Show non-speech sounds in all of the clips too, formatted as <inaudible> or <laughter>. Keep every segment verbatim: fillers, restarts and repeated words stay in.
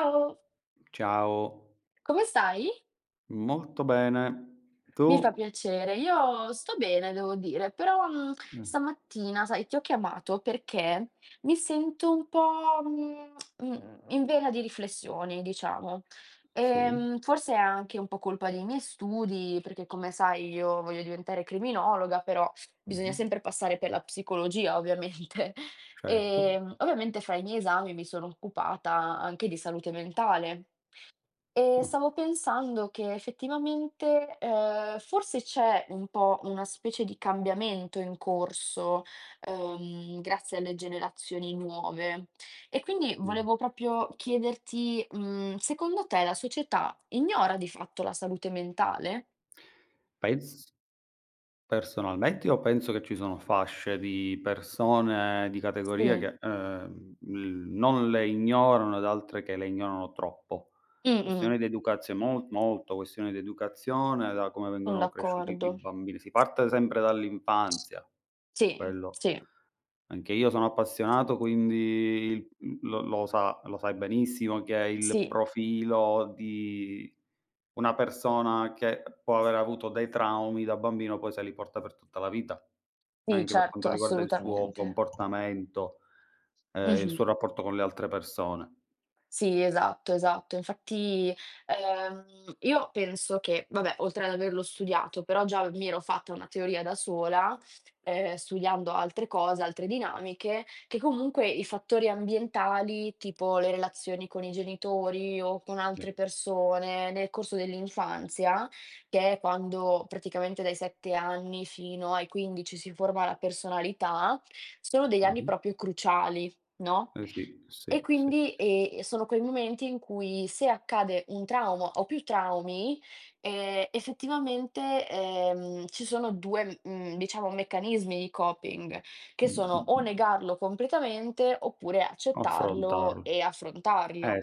Ciao, Ciao, come stai? molto bene. Tu? Mi fa piacere, io sto bene, devo dire, però mm, Mh, stamattina, sai, ti ho chiamato perché mi sento un po' mm, mm, in vena di riflessioni, diciamo. sì, Ehm, forse è anche un po' colpa dei miei studi, perché come sai io voglio diventare criminologa, però bisogna mh-mh, sempre passare per la psicologia, ovviamente. <laughs> certo. E mm, ovviamente fra i miei esami mi sono occupata anche di salute mentale. E Ah, stavo pensando che effettivamente, ehm, forse c'è un po' una specie di cambiamento in corso, ehm, grazie alle generazioni nuove. E quindi mh. volevo proprio chiederti, mhmm, secondo te la società ignora di fatto la salute mentale? Pens Personalmente io penso che ci sono fasce di persone, di categorie Sì. che, ehm, l non le ignorano ed altre che le ignorano troppo. Mh-mh, Questione di educazio mol molto questione di educazione, da come son vengono cresciuti d'accordo. i bambini. Si parte sempre dall'infanzia, Sì, quello sì, anche io sono appassionato, quindi il mhmm, lo lo sa lo sai benissimo che è il sì, profilo di una persona che può aver avuto dei traumi da bambino, poi se li porta per tutta la vita, sì, anche per certo, quanto riguarda il suo assolutamente. comportamento, ehm, il Mh-mh. suo rapporto con le altre persone. Sì, esatto, esatto. Infatti, ehm, io penso che, vabbè, oltre ad averlo studiato, però già mi ero fatta una teoria da sola, ehm, studiando altre cose, altre dinamiche, che comunque i fattori ambientali, tipo le relazioni con i genitori o con Sì. altre persone nel corso dell'infanzia, che è quando praticamente dai sette anni fino ai quindici si forma la personalità, sono degli anni Ah-ah. proprio cruciali, no? Eh sì, E sì, sì, quindi, sì. ehm, sono quei momenti in cui se accade un trauma o più traumi, ehm, effettivamente, ehm, ci sono due, mhmm, diciamo meccanismi di coping, che Mh, sono mh, o mh. negarlo completamente oppure accettarlo Affrontarlo. e Eh, affrontarlo.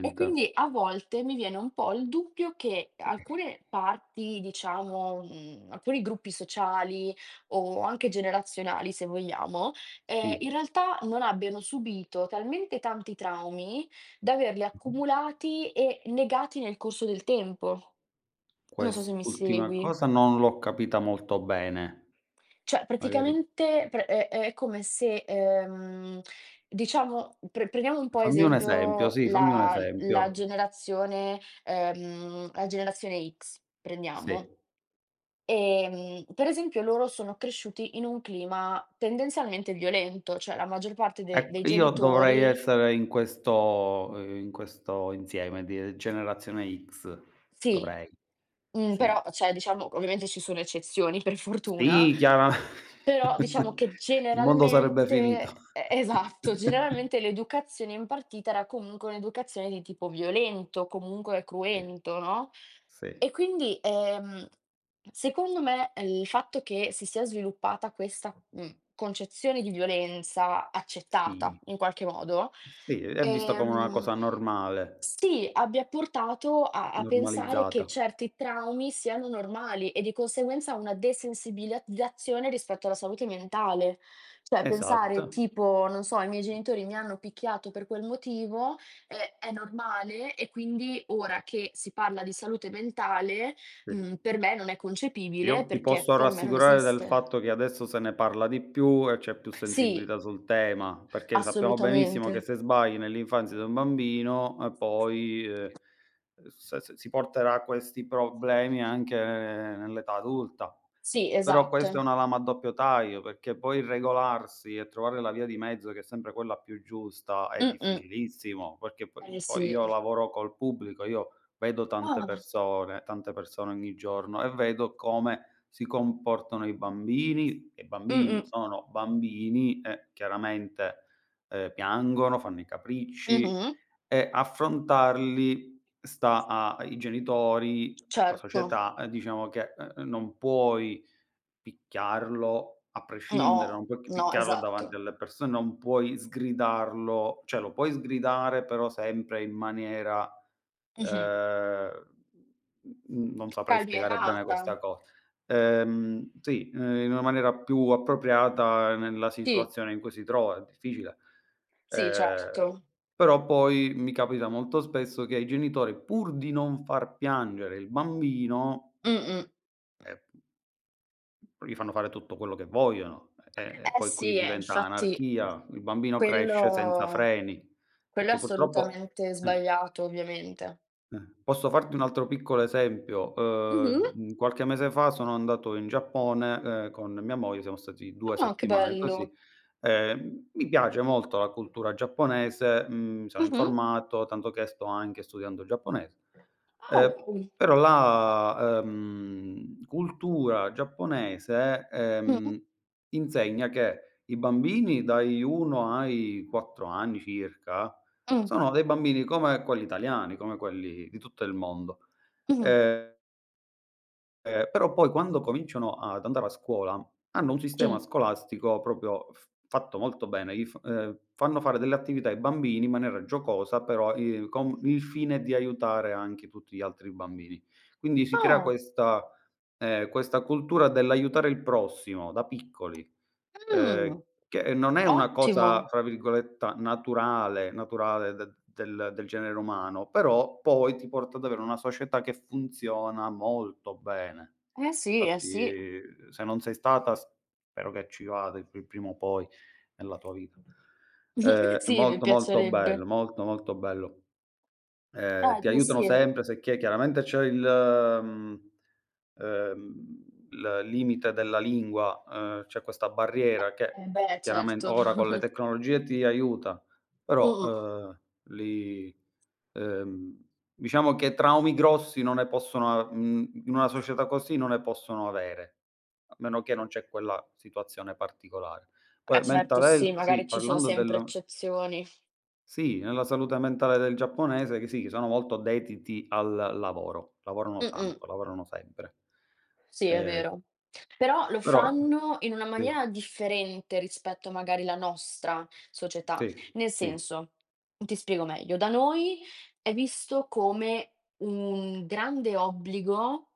E quindi a volte mi viene un po' il dubbio che Eh, alcune parti, diciamo, mhmm, alcuni gruppi sociali o anche generazionali se vogliamo, Ehm, Sì. in realtà non abbiano subito talmente tanti traumi da averli Mh-mh. accumulati e negati nel corso del tempo. Non so se mi Quest'ultima segui. cosa non l'ho capita molto bene. Cioè Magari praticamente pre è è come se, ehm, diciamo pre prendiamo un po' fammi un esempio, esempio sì, fammi un la la esempio. generazione ehm, la generazione X, prendiamo. Sì. Ehm, per esempio loro sono cresciuti in un clima tendenzialmente violento, cioè la maggior parte de dei Ecco, io dovrei genitori. essere in questo ehm, in questo insieme di generazione ics, Sì. dovrei. Mhmm, Sì. però cioè, diciamo ovviamente ci sono eccezioni per fortuna, Sì, chiara però diciamo <laughs> che il mondo sarebbe finito. generalmente, e esatto, <laughs> generalmente l'educazione impartita era comunque un'educazione di tipo violento, comunque Sì, cruento, no, sì, e quindi, ehm, secondo me eh, il fatto che si sia sviluppata questa, mhmm, concezione di violenza accettata sì. in qualche modo, Sì, è vista come una Ehm, cosa normale, sì, abbia portato a a pensare che normalizzata. certi traumi siano normali e di conseguenza una desensibilizzazione rispetto alla salute mentale. Cioè pensare Esatto, tipo, non so, i miei genitori mi hanno picchiato per quel motivo, è è normale, e quindi ora che si parla di salute mentale, sì. mhmm, per me non è concepibile Io ti perché posso per me non rassicurare del esiste. fatto che adesso se ne parla di più e c'è più Sì, sensibilità sul tema, perché sappiamo benissimo che assolutamente. se sbagli nell'infanzia di un bambino, eh, poi, ehm, se se si porterà questi problemi anche nell'età adulta. Sì, Però questa è esatto. una lama a doppio taglio, perché poi regolarsi e trovare la via di mezzo, che è sempre quella più giusta, è Mh-mh. difficilissimo, perché poi Eh poi sì. io lavoro col pubblico. Io Vedo tante Ah. persone tante persone ogni giorno e vedo come si comportano i bambini, e Mh-mh. bambini sono bambini e chiaramente, ehm, piangono, fanno i capricci Mh-mh. e affrontarli sta a ai genitori, la Certo. società, ehm, diciamo che, ehm, non puoi picchiarlo a prescindere, No, non puoi no, picchiarlo davanti esatto. alle persone, non puoi sgridarlo, cioè lo puoi sgridare però sempre in maniera. Mh-mh. Ehm, n non saprei spiegare bene Calmierata. questa co ehm, sì, ehm, in una maniera più appropriata nella Sì, situazione in cui si trova, è difficile. sì, Ehm, certo. però poi mi capita molto spesso che i genitori, pur di non far piangere il bambino, Mh-mh. ehm, gli fanno fare tutto quello che vogliono. E e Eh poi qui sì, eh, diventa infatti anarchia, il bambino cresce senza quello freni, quello è perché purtroppo assolutamente eh. sbagliato, ovviamente. Eh. Posso farti un altro piccolo esempio: Mh-mh. uhm, mhmm, qualche mese fa sono andato in Giappone, ehm, con mia moglie, siamo stati due Ah, che settimane così. bello. Ehm, mi piace molto la cultura giapponese, mhmm, mi sono Mh-mh. informato, tanto che sto anche studiando il giapponese. Ah, Ehm, wow. però la, ehm, cultura giapponese, Mh, ehm, insegna che i bambini dai uno ai quattro anni circa, mh, sono dei bambini come quelli italiani, come quelli di tutto il mondo. mh, Ehm Ehm, però poi quando cominciano ad andare a scuola, hanno un sistema sì. scolastico proprio f fatto molto bene, gli f ehm, fanno fare delle attività ai bambini in maniera giocosa, però, ehm, con il fine di aiutare anche tutti gli altri bambini. Quindi si crea Ah, questa ehm, questa cultura dell'aiutare il prossimo da piccoli, mh, ehm che, ehm, non è una ottimo. cosa, tra virgoletta, "naturale" naturale de del del genere umano, però poi ti porta ad avere una società che funziona molto bene. Eh sì, eh sì. Infatti se non sei stata, spero che ci vada pri prima o poi nella tua vita. Ehm, <laughs> è Sì, mi molto, molto bello, piacerebbe. molto, molto bello. Ehm, Eh, ti ma sì, aiutano eh, sempre sicché chiaramente c'è il mhmm, ehm, il limite della lingua, ehm, c'è questa barriera eh, che beh, chiarament certo. ora con le <laughs> tecnologie ti aiuta, però, Mh-mh. ehm, li ehm, diciamo che traumi grossi non ne possono a mhmm, in una società così non ne possono avere, a meno che non c'è quella situazione particolare. Beh, Poi certo, mental sì, health magari sì, ci sono parlando sempre della s eccezioni. sì, nella salute mentale del giapponese che sì, che sono molto dediti al lavoro, lavorano Mh-mh. tanto, lavorano sempre. Sì, è Ehm, vero. Però lo però fanno in una sì, maniera differente rispetto magari la nostra società. sì, Nel sì. senso, ti spiego meglio, da noi è visto come un grande obbligo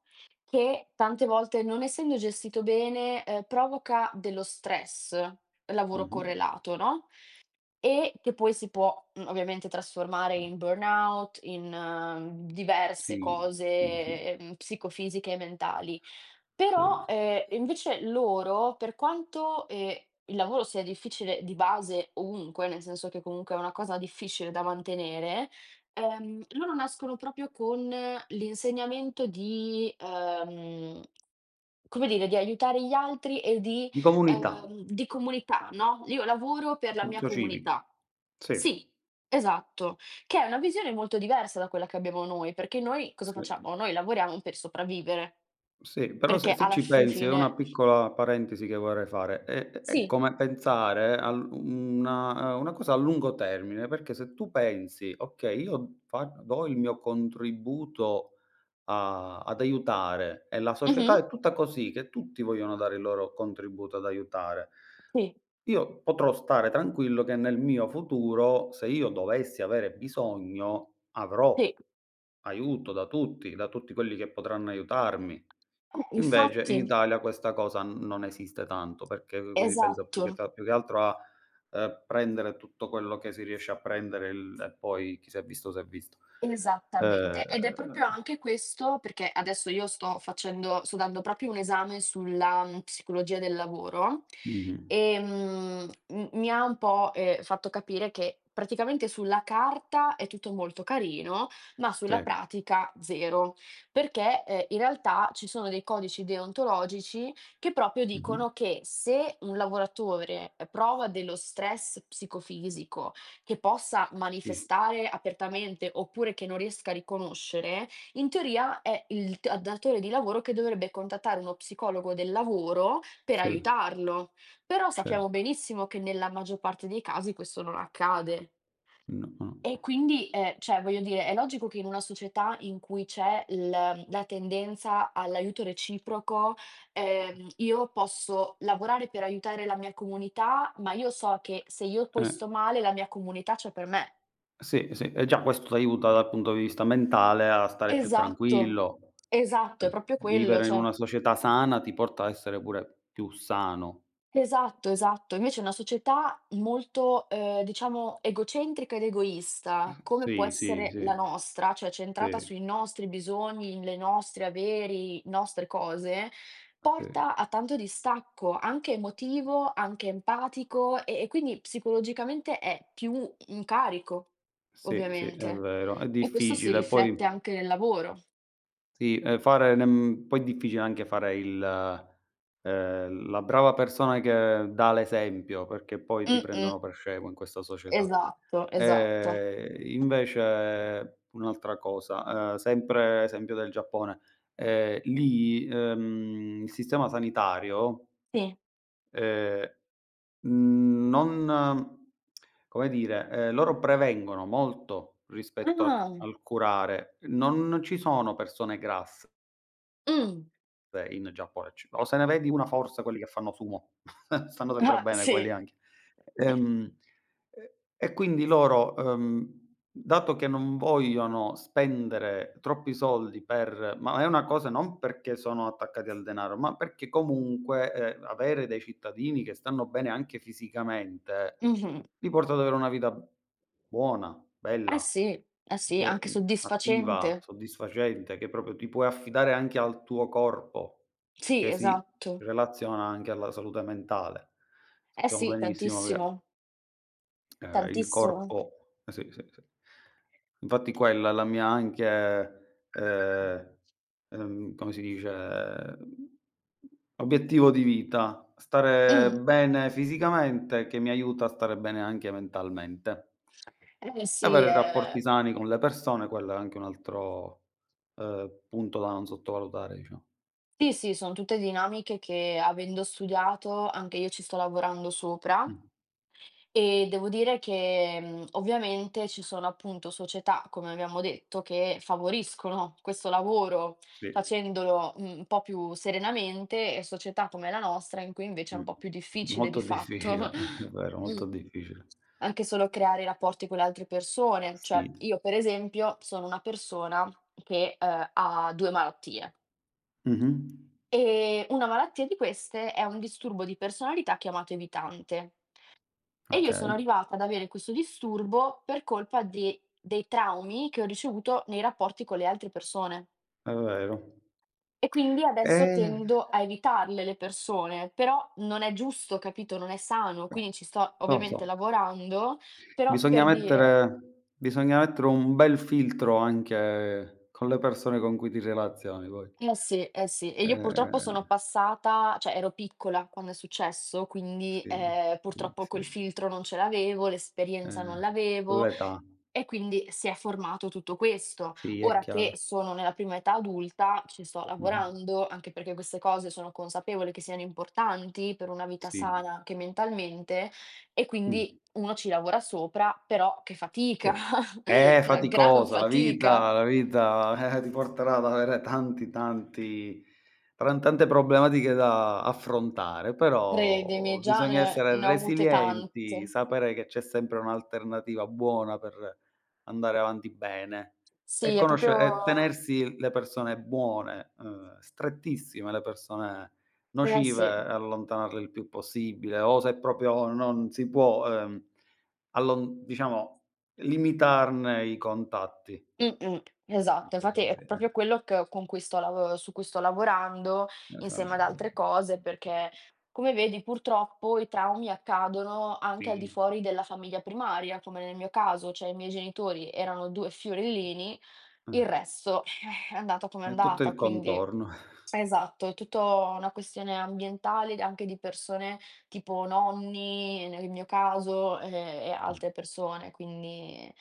che tante volte, non essendo gestito bene, ehm, provoca dello stress, lavoro Mh-mh. correlato, no? E che poi si può, mhmm, ovviamente trasformare in burnout, in ehm, diverse Sì, sì, sì, cose, ehm, psicofisiche e mentali. sì. Però, ehm, invece loro, per quanto, ehm, il lavoro sia difficile di base ovunque, nel senso che comunque è una cosa difficile da mantenere, ehm, loro nascono proprio con l'insegnamento di, ehm, come dire, di aiutare gli altri e di Di comunità, Ehm, di comunità, no, io lavoro per la mia senso comunità. civico. Sì, Sì, esatto, che è una visione molto diversa da quella che abbiamo noi, perché noi cosa sì, facciamo? Noi lavoriamo per sopravvivere, sì, però perché se se alla ci fin pensi è fine una piccola parentesi che vorrei fare, è è sì, come pensare al una ehm, una cosa a lungo termine, perché se tu pensi: "Okay, io fa do il mio contributo" A ad aiutare e la mh-mh, società è tutta così, che tutti vogliono dare il loro contributo ad aiutare. sì, Io potrò stare tranquillo che nel mio futuro, se io dovessi avere bisogno, avrò sì, aiuto da tutti, da tutti quelli che potranno aiutarmi. Invece infatti, in Italia questa cosa n non esiste tanto, perché qui si pensa più che esatto. ta più che altro a, ehm, prendere tutto quello che si riesce a prendere il e poi chi s'è visto s'è visto. Esattamente, ed è Ehm proprio anche questo perché adesso io sto facendo sto dando proprio un esame sulla, mhmm, psicologia del lavoro, mh-mh, ehm, m mi ha un po', ehm, fatto capire che praticamente sulla carta è tutto molto carino, ma sulla sì. pratica zero, perché, ehm, in realtà ci sono dei codici deontologici che proprio Mh-mh. dicono che se un lavoratore, ehm, prova dello stress psicofisico che possa Sì. manifestare apertamente, oppure che non riesca a riconoscere, in teoria è il t datore di lavoro che dovrebbe contattare uno psicologo del lavoro per Sì, aiutarlo. Però sappiamo certo. benissimo che nella maggior parte dei casi questo non accade. No, no. E quindi, ehm, cioè voglio dire, è logico che in una società in cui c'è l la tendenza all'aiuto reciproco, ehm, io posso lavorare per aiutare la mia comunità, ma io so che se io poi Eh, sto male la mia comunità c'è per me. sì, sì, e già questo t'aiuta dal punto di vista mentale a stare più Esatto, tranquillo. esatto, è Eh, proprio quello, vivere in cioè. una società sana ti porta a essere pure più sano. Esatto, esatto. Invece è una società molto, ehm, diciamo egocentrica ed egoista, come può Sì, sì, essere la sì. nostra, cioè centrata Sì, sui nostri bisogni, le nostre averi, nostre cose, sì, porta a tanto distacco, anche emotivo, anche empatico e e quindi psicologicamente è più un carico, sì, sì, è ovviamente. vero. È E questo si difficile poi riflette anche nel lavoro. sì, ehm, fare nem poi è difficile anche fare il ehm, la brava persona che dà l'esempio, perché poi ti Mh-mh. prendono per scemo in questa società. Esatto, esatto. Ehm, invece un'altra cosa, ehm, sempre esempio del Giappone, ehm, lì, ehm, il sistema sanitario, Sì. ehm, mhmm, non come dire, ehm, loro prevengono molto rispetto a Ah. Mh. al curare. Non ci sono persone grasse. <laughs> Beh, in Giappone c o se ne vedi una forza quelli che fanno sumo, <laughs> stanno sempre Ah, bene quelli sì. anche. Ehm, e e quindi loro, uhm, dato che non vogliono spendere troppi soldi per ma è una cosa non perché sono attaccati al denaro, ma perché comunque, ehm, avere dei cittadini che stanno bene anche fisicamente, Mh-mh. li porta ad avere una vita buona, Eh bella. sì, eh sì, Che anche mhmm, attiva, soddisfacente. soddisfacente, che proprio ti puoi affidare anche al tuo corpo, Sì, che si esatto. relaziona anche alla salute mentale. Eh Sappiamo sì, benissimo che. tantissimo, Ehm, il tantissimo. corpo. Eh sì, sì, sì. Infatti quella è la mia anche, ehm, ehm, come si dice, mhmm, obiettivo di vita: stare Mh. bene fisicamente che mi aiuta a stare bene anche mentalmente. Eh sì, Avere rapporti ehm, sani con le persone, quello è anche un altro, ehm, punto da non sottovalutare diciamo. sì, sì, son tutte dinamiche che avendo studiato anche io ci sto lavorando sopra. Mh, E devo dire che, mhmm, ovviamente ci sono appunto società, come abbiamo detto, che favoriscono questo lavoro sì, facendolo, mhmm, un po' più serenamente e società come la nostra in cui invece è un mh. po' più difficile di Molto fatto, difficile, <laughs> è <laughs> vero, mh, molto difficile. anche solo creare rapporti con le altre persone. Cioè, Sì. io per esempio sono una persona che, ehm, ha due malattie Mh-mh. e una malattia di queste è un disturbo di personalità chiamato evitante. E io sono Okay, arrivata ad avere questo disturbo per colpa de dei traumi che ho ricevuto nei rapporti con le altre persone. è vero. E quindi adesso Eh, tendo a evitarle le persone, però non è giusto, capito, non è sano, Beh, quindi ci sto non lo ovviamente so. lavorando, però Bisogna per dire mettere bisogna mettere un bel filtro anche con le persone con cui ti relazioni poi. eh sì, eh sì, e io purtroppo Ehm, sono passata cioè ero piccola quando è successo, quindi, sì, ehm, sì, purtroppo sì, quel filtro non ce l'avevo, l'esperienza eh, non l'avevo, l'età. e quindi si è formato tutto questo. Sì, è Ora che chiaro. sono nella prima età adulta, ci sto Mh-mh. lavorando, anche perché queste cose sono consapevole che siano importanti per una vita Sì. sana anche mentalmente, e Mh. quindi uno ci lavora sopra, però che fatica, Sì. È <laughs> una gran faticosa, la fatica. vita la vita, eh, ti porterà ad avere tanti, tanti, tran tante problematiche da affrontare, Credimi, però già bisogna ne essere ne ho avute resilienti, tante. sapere che c'è sempre un'alternativa buona per andare avanti bene Sì, e è conosce e proprio tenersi le persone buone, uhm, strettissime, le persone eh nocive sì. allontanarle il più possibile o se proprio non si può, ehm, allon diciamo limitarne i contatti, Mh-mh, esatto. detto Infatti è così, eh, proprio quello che con cui sto lav su cui sto lavorando insieme ad esatto. altre cose, perché come vedi purtroppo i traumi accadono anche al di Sì. fuori della famiglia primaria, come nel mio caso, cioè i miei genitori erano due fiorellini, Eh, il resto <laughs> è andata come è è tutto andata, il quindi contorno. esatto, è tutto una questione ambientale, anche di persone tipo nonni, nel mio caso, ehm, e Mh. altre persone, quindi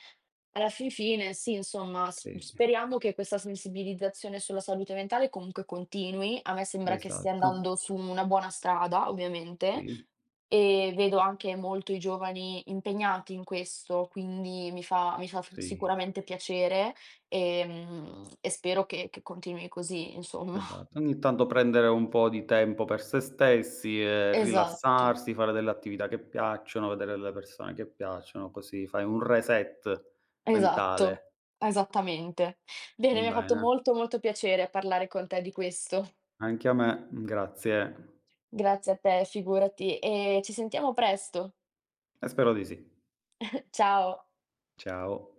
alla fin fine sì, insomma, s Sì, sì, speriamo che questa sensibilizzazione sulla salute mentale comunque continui. A me sembra che stia esatto. andando su una buona strada, ovviamente, Sì, e vedo anche molto i giovani impegnati in questo, quindi mi fa mi fa f sì, sicuramente piacere, ehm, e spero che che continui così, insomma. <laughs> esatto. Ogni tanto prendere un po' di tempo per se stessi e Esatto, rilassarsi, fare delle attività che piacciono, vedere delle persone che piacciono, così fai un reset esatto, mentale. esattamente. Bene, mi ha fatto Bene, molto, molto piacere parlare con te di questo. anche a me, grazie Grazie a te, figurati, e ci sentiamo presto. e spero di sì. <laughs> Ciao. Ciao.